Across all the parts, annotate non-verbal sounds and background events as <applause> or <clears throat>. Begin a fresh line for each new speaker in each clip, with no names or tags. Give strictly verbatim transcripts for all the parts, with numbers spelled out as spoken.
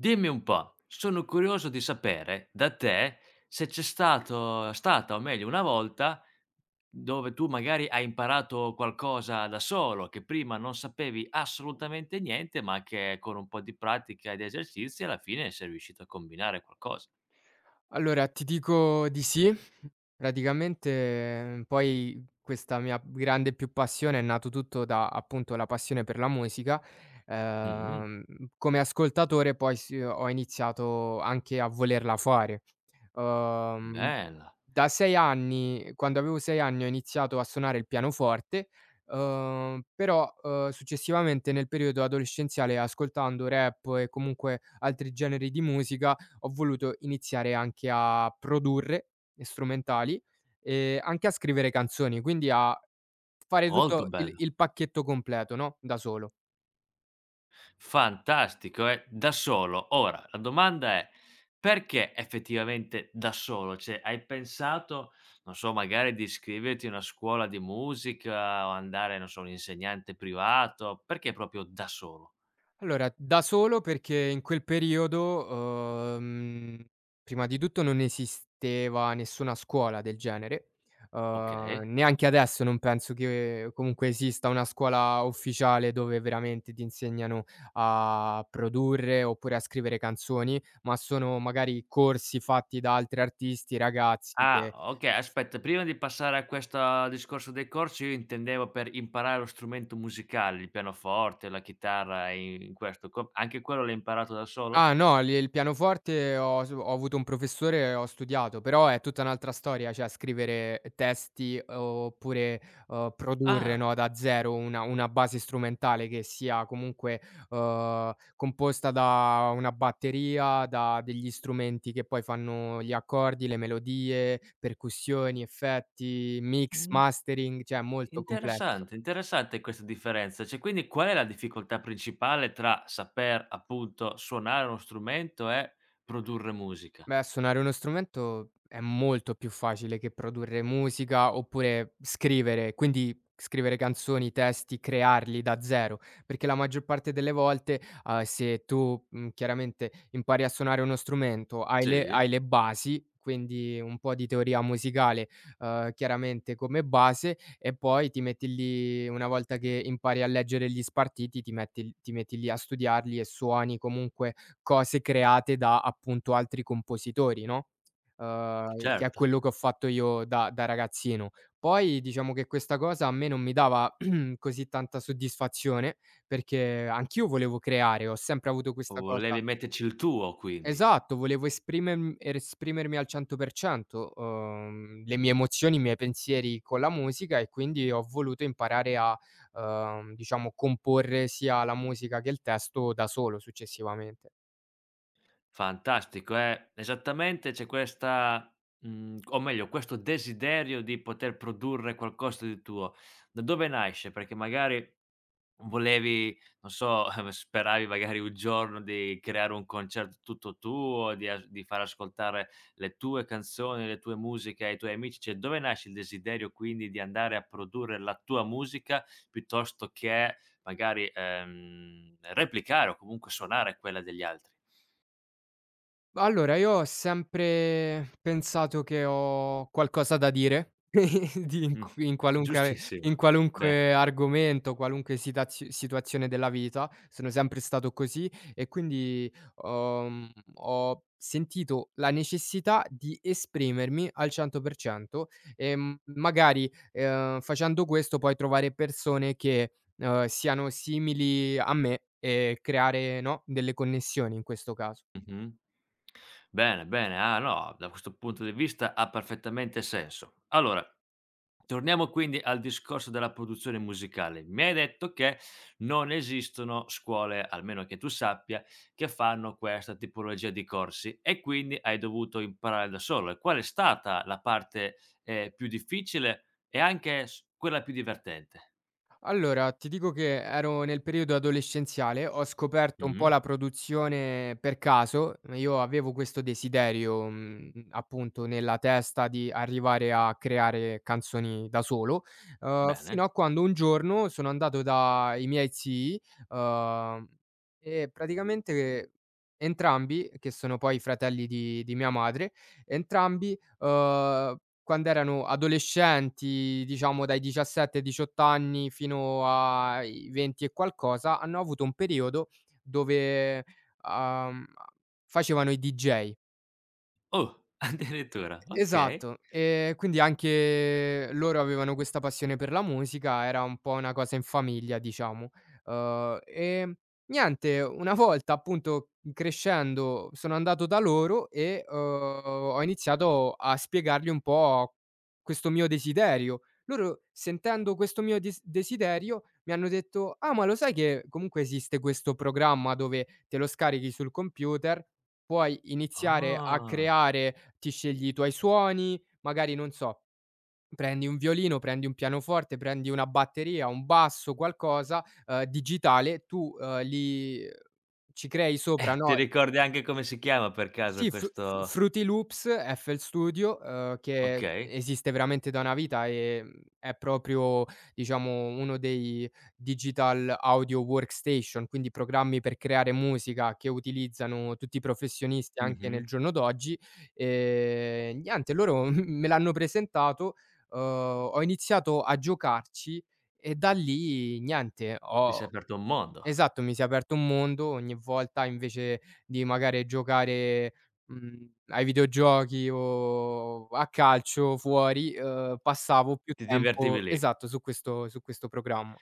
Dimmi un po', sono curioso di sapere da te se c'è stato stata, o meglio una volta, dove tu magari hai imparato qualcosa da solo, che prima non sapevi assolutamente niente, ma che con un po' di pratica e di esercizi alla fine sei riuscito a combinare qualcosa.
Allora, ti dico di sì. Praticamente poi questa mia grande più passione è nato tutto da, appunto, la passione per la musica.
Mh-mh,
Ehm, come ascoltatore poi s ho iniziato anche a volerla fare. Uhm,
bella,
Da sei anni, quando avevo sei anni, ho iniziato a suonare il pianoforte. Uhm, però, uhm, successivamente, nel periodo adolescenziale, ascoltando rap e comunque altri generi di musica, ho voluto iniziare anche a produrre strumentali e anche a scrivere canzoni, quindi a fare
molto
tutto il
bella.
il pacchetto completo, no, da solo.
Fantastico, eh, da solo. Ora, la domanda è: perché effettivamente da solo? Cioè, hai pensato, non so, magari di iscriverti a una scuola di musica o andare, non so, un insegnante privato? Perché proprio da solo?
Allora, da solo perché in quel periodo, uhm, prima di tutto non esisteva nessuna scuola del genere, uhm,
Okay.
neanche adesso non penso che comunque esista una scuola ufficiale dove veramente ti insegnano a produrre oppure a scrivere canzoni, ma sono magari corsi fatti da altri artisti, ragazzi
Ah,
che.
okay, aspetta, prima di passare a questo discorso dei corsi, io intendevo per imparare lo strumento musicale, il pianoforte, la chitarra, in in questo co anche quello l'hai imparato da solo?
Ah no, lì il pianoforte ho s ho avuto un professore e ho studiato, però è tutta un'altra storia. Cioè scrivere testi oppure, uhm, produrre,
Ah,
no, da zero una una base strumentale che sia comunque, uhm, composta da una batteria, da degli strumenti che poi fanno gli accordi, le melodie, percussioni, effetti, mix,
mh.
mastering, cioè è molto complesso.
Interessante, interessante questa differenza. Cioè, quindi qual è la difficoltà principale tra saper, appunto, suonare uno strumento e produrre musica?
Beh, suonare uno strumento è molto più facile che produrre musica oppure scrivere, quindi scrivere canzoni, testi, crearli da zero, perché la maggior parte delle volte, uhm, se tu, mhmm, chiaramente impari a suonare uno strumento, hai le
Sì,
hai le basi, quindi un po' di teoria musicale, uhm, chiaramente come base, e poi ti metti lì. Una volta che impari a leggere gli spartiti, ti metti l ti metti lì a studiarli e suoni comunque cose create da, appunto, altri compositori, no, uhm, che è
certo.
quello che ho fatto io da da ragazzino. Poi diciamo che questa cosa a me non mi dava <clears throat> così tanta soddisfazione, perché anch'io volevo creare, ho sempre avuto questa cosa.
Volevi metterci il tuo quindi.
Esatto, volevo esprimerm esprimermi al cento per cento, uhm, le mie emozioni, i miei pensieri con la musica, e quindi ho voluto imparare a, uhm, diciamo, comporre sia la musica che il testo da solo, successivamente.
Fantastico, eh. Esattamente c'è questa mhmm, o meglio questo desiderio di poter produrre qualcosa di tuo. Da dove nasce? Perché magari volevi, non so, <laughs> speravi magari un giorno di creare un concerto tutto tuo, di as di far ascoltare le tue canzoni, le tue musiche ai tuoi amici. Cioè, dove nasce il desiderio quindi di andare a produrre la tua musica piuttosto che magari, ehm, replicare o comunque suonare quella degli altri?
Allora, io ho sempre pensato che ho qualcosa da dire <laughs> di in q
Mh,
in qualunque in
giustissimo. Beh,
qualunque argomento, qualunque sitazio situazione della vita. Sono sempre stato così, e quindi, uhm, ho sentito la necessità di esprimermi al cento per cento, e, mhmm, magari, ehm, facendo questo puoi trovare persone che, uhm, siano simili a me, e creare, no, delle connessioni in questo caso.
mh-mh. Bene, bene. Ah, no, da questo punto di vista ha perfettamente senso. Allora, torniamo quindi al discorso della produzione musicale. Mi hai detto che non esistono scuole, almeno che tu sappia, che fanno questa tipologia di corsi e quindi hai dovuto imparare da solo. E qual è stata la parte, ehm, più difficile e anche s quella più divertente?
Allora, ti dico che ero nel periodo adolescenziale, ho scoperto un po'
Mh,
la produzione per caso. Io avevo questo desiderio, mhmm, appunto nella testa, di arrivare a creare canzoni da solo, uhm,
bene.
fino a quando un giorno sono andato dai miei zii, uhm, e praticamente entrambi, che sono poi fratelli di di mia madre, entrambi, uhm, quando erano adolescenti, diciamo dai diciassette ai diciotto anni fino ai venti e qualcosa, hanno avuto un periodo dove, uhm, facevano i D J.
Oh, <laughs> addirittura, okay.
Esatto, ehm, quindi anche loro avevano questa passione per la musica, era un po' una cosa in famiglia, diciamo. Uhm, ehm, niente, una volta, appunto, crescendo sono andato da loro, e, uhm, ho iniziato a spiegargli un po' questo mio desiderio. Loro, sentendo questo mio dis desiderio, mi hanno detto: "Ah, ma lo sai che comunque esiste questo programma dove te lo scarichi sul computer? Puoi iniziare a
Ah.
creare, ti scegli i tuoi suoni, magari non so, prendi un violino, prendi un pianoforte, prendi una batteria, un basso, qualcosa, uhm, digitale, tu, uhm, li ci crei sopra,
Eh,
no".
ti ricordi anche come si chiama per caso
Sì, Fru Fru
questo?
Fruity Loops, F L Studio, uhm, che
Okay.
esiste veramente da una vita, ehm, è proprio, diciamo, uno dei digital audio workstation, quindi programmi per creare musica che utilizzano tutti i professionisti anche nel
Mh-mh.
giorno d'oggi. Ehm, niente, loro <laughs> me l'hanno presentato, uhm, ho iniziato a giocarci, e da lì niente,
Ti sei
ho.
aperto un mondo.
Esatto, mi si è aperto un mondo. Ogni volta, invece di magari giocare, mhmm, ai videogiochi o a calcio fuori, uhm, passavo più
Ti divertivi
tempo,
lì.
esatto, su questo su questo programma.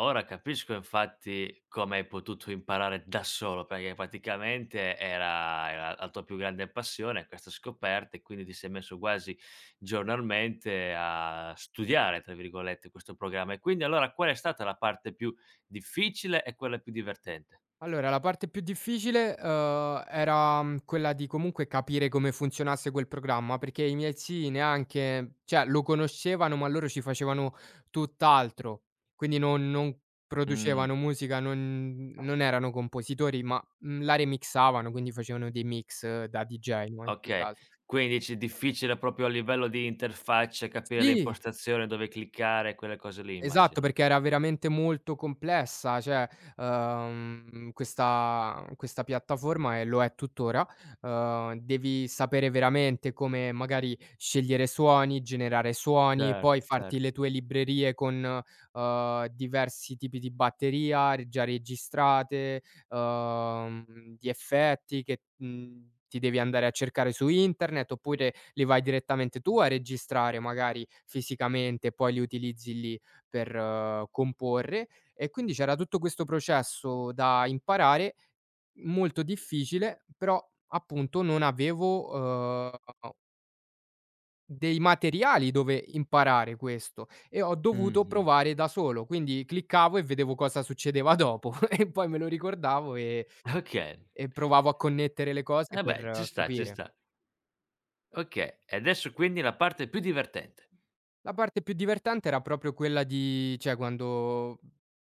Ora capisco infatti come hai potuto imparare da solo, perché praticamente era era la tua più grande passione questa scoperta e quindi ti sei messo quasi giornalmente a "studiare" tra virgolette questo programma. E quindi allora qual è stata la parte più difficile e quella più divertente?
Allora, la parte più difficile, uhm, era, mhmm, quella di comunque capire come funzionasse quel programma, perché i miei zii neanche, cioè, lo conoscevano, ma loro ci facevano tutt'altro. Quindi non non
Mh.
producevano musica, non non erano compositori, ma, mhmm, la remixavano, quindi facevano dei mix, eh, da D J, no, in quel
Okay,
caso.
quindi dici difficile proprio a livello di interfaccia capire le
Sì!
impostazioni, dove cliccare, quelle cose lì
Esatto,
immagino.
perché era veramente molto complessa, cioè, uhm, questa questa piattaforma, e lo è tuttora. Uhm, devi sapere veramente come magari scegliere suoni, generare suoni,
Cer
poi
cer
farti le tue librerie con, uhm, diversi tipi di batteria re già registrate, uhm, di effetti che, mhmm, ti devi andare a cercare su internet, oppure li vai direttamente tu a registrare magari fisicamente, e poi li utilizzi lì per, eh, comporre, e quindi c'era tutto questo processo da imparare, molto difficile. Però, appunto, non avevo, uhm, dei materiali dove imparare questo, e ho dovuto
Mh-mh.
provare da solo, quindi cliccavo e vedevo cosa succedeva dopo <laughs> e poi me lo ricordavo, e
Okay,
e provavo a connettere le cose
eh
per,
beh, ci
eh,
sta, ci
capire.
sta. Okay, e adesso quindi la parte più divertente.
La parte più divertente era proprio quella di, cioè, quando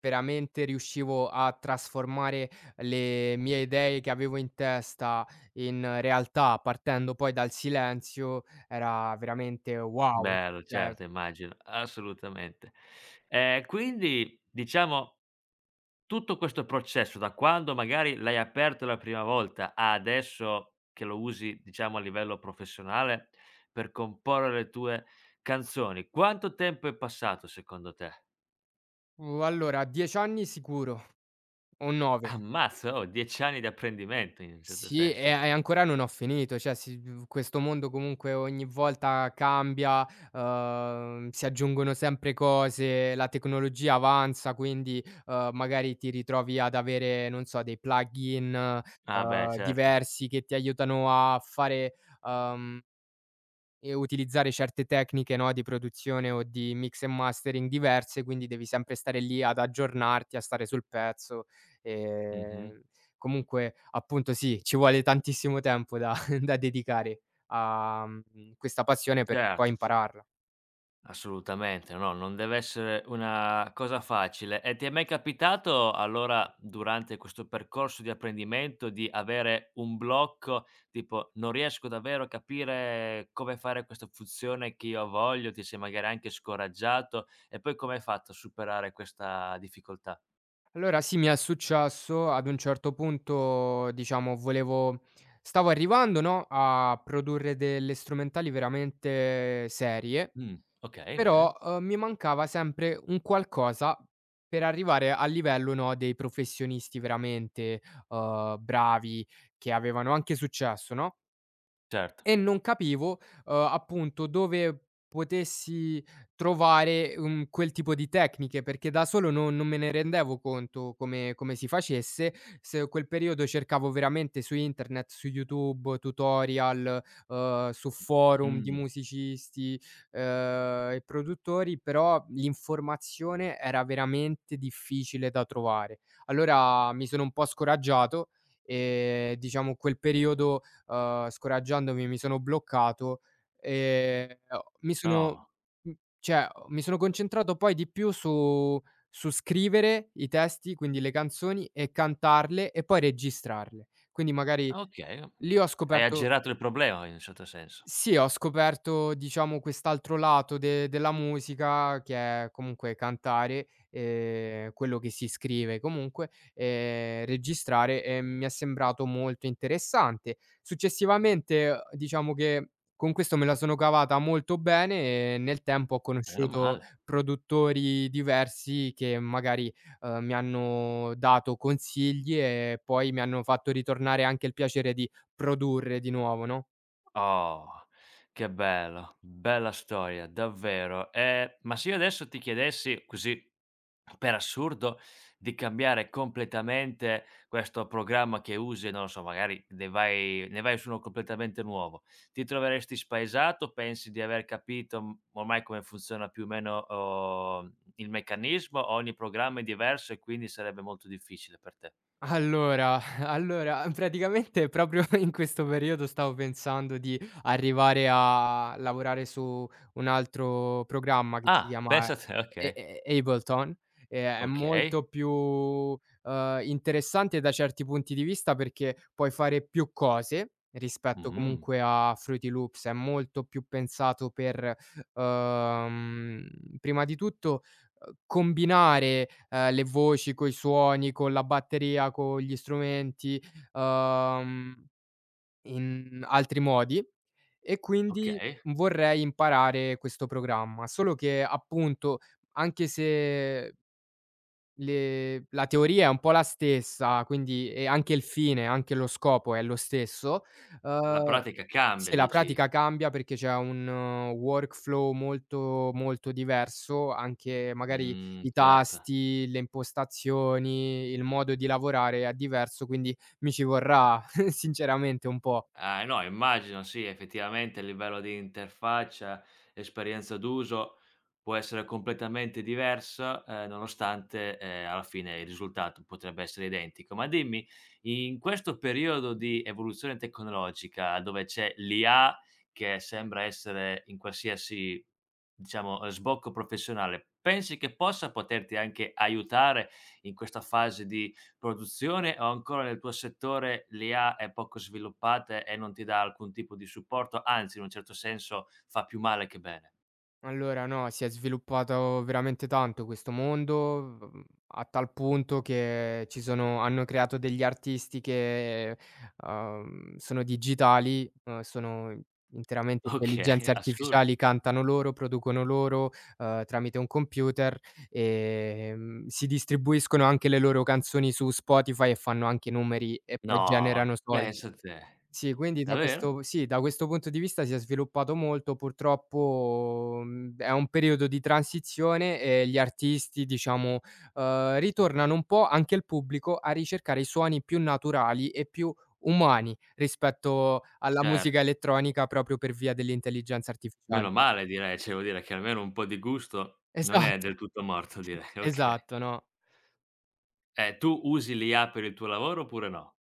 veramente riuscivo a trasformare le mie idee che avevo in testa in realtà, partendo poi dal silenzio, era veramente wow.
Bello,
Cioè,
certo immagino, assolutamente. Ehm, quindi diciamo tutto questo processo, da quando magari l'hai aperto la prima volta a adesso che lo usi, diciamo, a livello professionale per comporre le tue canzoni, quanto tempo è passato secondo te?
uhm, allora, dieci anni sicuro, o nove.
Ammazza, oh, dieci anni di apprendimento in un certo
Sì, e
senso.
e ancora non ho finito, cioè si v questo mondo comunque ogni volta cambia, uhm, si aggiungono sempre cose, la tecnologia avanza, quindi, uhm, magari ti ritrovi ad avere, non so, dei plugin,
Ah beh
uhm,
certo.
diversi che ti aiutano a fare, uhm e utilizzare certe tecniche, no, di produzione o di mix e mastering diverse, quindi devi sempre stare lì ad aggiornarti, a stare sul pezzo.
Mh-mh.
Ehm, comunque, appunto, sì, ci vuole tantissimo tempo da <laughs> da dedicare a, mhmm, questa passione, per poi
Certo.
impararla.
Assolutamente, no, non deve essere una cosa facile. E ti è mai capitato allora, durante questo percorso di apprendimento, di avere un blocco, tipo: "Non riesco davvero a capire come fare questa funzione che io voglio", ti sei magari anche scoraggiato e poi come hai fatto a superare questa difficoltà?
Allora sì, mi è successo ad un certo punto, diciamo, volevo stavo arrivando, no, a produrre delle strumentali veramente serie.
Mh, okay,
Però,
bene.
uhm, mi mancava sempre un qualcosa per arrivare al livello, no, dei professionisti veramente, uhm, bravi, che avevano anche successo, no?
Certo.
E non capivo, uhm, appunto, dove potessi trovare, uhm, quel tipo di tecniche, perché da solo non non me ne rendevo conto come come si facesse. Se quel periodo cercavo veramente su internet, su YouTube, tutorial, uhm, su forum di
Mh,
musicisti, uhm, e produttori, però l'informazione era veramente difficile da trovare. Allora mi sono un po' scoraggiato, e, diciamo, quel periodo, uhm, scoraggiandomi, mi sono bloccato. Ehm, ho Mi sono,
no.
mh, cioè, oh, mi sono concentrato poi di più su su scrivere i testi, quindi le canzoni, e cantarle, e poi registrarle. Quindi magari
Okay,
lì ho
hai
scoperto.
aggirato il problema in un certo senso.
Sì, ho scoperto, diciamo, quest'altro lato de della musica, che è comunque cantare, ehm, quello che si scrive comunque, ehm, registrare, e mi è sembrato molto interessante. Successivamente, uhm, diciamo che con questo me la sono cavata molto bene, e nel tempo ho
Meno
conosciuto
male.
produttori diversi che magari, uhm, mi hanno dato consigli e poi mi hanno fatto ritornare anche il piacere di produrre di nuovo, no?
Oh, che bello, bella storia, davvero. Ehm, ma se io adesso ti chiedessi così per assurdo di cambiare completamente questo programma che usi, non lo so, magari ne vai ne vai su uno completamente nuovo, ti troveresti spaesato? Pensi di aver capito, mhmm, ormai come funziona più o meno, uhm, il meccanismo? Ogni programma è diverso e quindi sarebbe molto difficile per te?
Allora, <laughs> allora, praticamente, proprio <laughs> in questo periodo stavo pensando di arrivare a lavorare su un altro programma che si
Ah,
chiama.
pensa a te, <laughs>
E
okay.
E Ableton, ehm, è
Okay.
molto più, uhm, interessante da certi punti di vista, perché puoi fare più cose rispetto
Mh,
comunque a Fruity Loops, è molto più pensato per, uhm, prima di tutto, uhm, combinare, ehm, le voci coi suoni, con la batteria, con gli strumenti, uhm, in altri modi, e quindi
okay.
vorrei imparare questo programma. Solo che, appunto, anche se le la teoria è un po' la stessa, quindi, e anche il fine, anche lo scopo è lo stesso.
La
Uhm,
pratica cambia
sì, la
dici?
pratica cambia perché c'è un, uhm, workflow molto, molto diverso, anche magari i
Mh, certo.
tasti, le impostazioni, il modo di lavorare è diverso, quindi mi ci vorrà <laughs> sinceramente un po'.
Ah, no immagino sì, effettivamente il livello di interfaccia, esperienza d'uso può essere completamente diversa, ehm, nonostante, ehm, alla fine il risultato potrebbe essere identico. Ma dimmi, in questo periodo di evoluzione tecnologica dove c'è l'I A che sembra essere in qualsiasi, diciamo, ehm, sbocco professionale, pensi che possa poterti anche aiutare in questa fase di produzione o ancora nel tuo settore l'I A è poco sviluppata e non ti dà alcun tipo di supporto, anzi in un certo senso fa più male che bene.
Allora no, si è sviluppato veramente tanto questo mondo, mhmm, a tal punto che ci sono hanno creato degli artisti che, uhm, sono digitali, uhm, sono interamente
<laughs>
intelligenze
Okay, assurdo.
artificiali, cantano loro, producono loro, uhm, tramite un computer, ehm, si distribuiscono anche le loro canzoni su Spotify e fanno anche numeri e
No,
poi generano
ma
soldi.
pensa te.
Sì, quindi da
Davvero?
questo sì, da questo punto di vista si è sviluppato molto. Purtroppo, mhmm, è un periodo di transizione, e gli artisti, diciamo, uhm, ritornano un po', anche il pubblico, a ricercare i suoni più naturali e più umani rispetto alla musica
Certo.
elettronica, proprio per via dell'intelligenza artificiale.
Meno male direi, cioè vuol dire che almeno un po' di gusto non è
Esatto,
del tutto morto direi, <laughs> okay.
esatto, no.
Eh, tu usi l'I A per il tuo lavoro oppure no?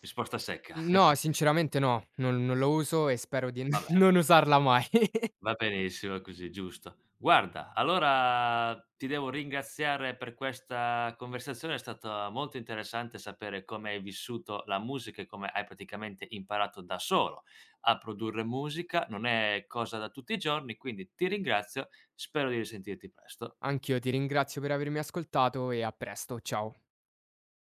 Risposta secca.
No,
<laughs>
sinceramente no, non non lo uso, e spero di
Va
<laughs>
bene.
non usarla mai. <laughs>
Va benissimo così, giusto. Guarda, allora ti devo ringraziare per questa conversazione, è stata molto interessante sapere come hai vissuto la musica e come hai praticamente imparato da solo a produrre musica, non è cosa da tutti i giorni, quindi ti ringrazio, spero di risentirti presto.
Anch'io ti ringrazio per avermi ascoltato, e a presto, ciao.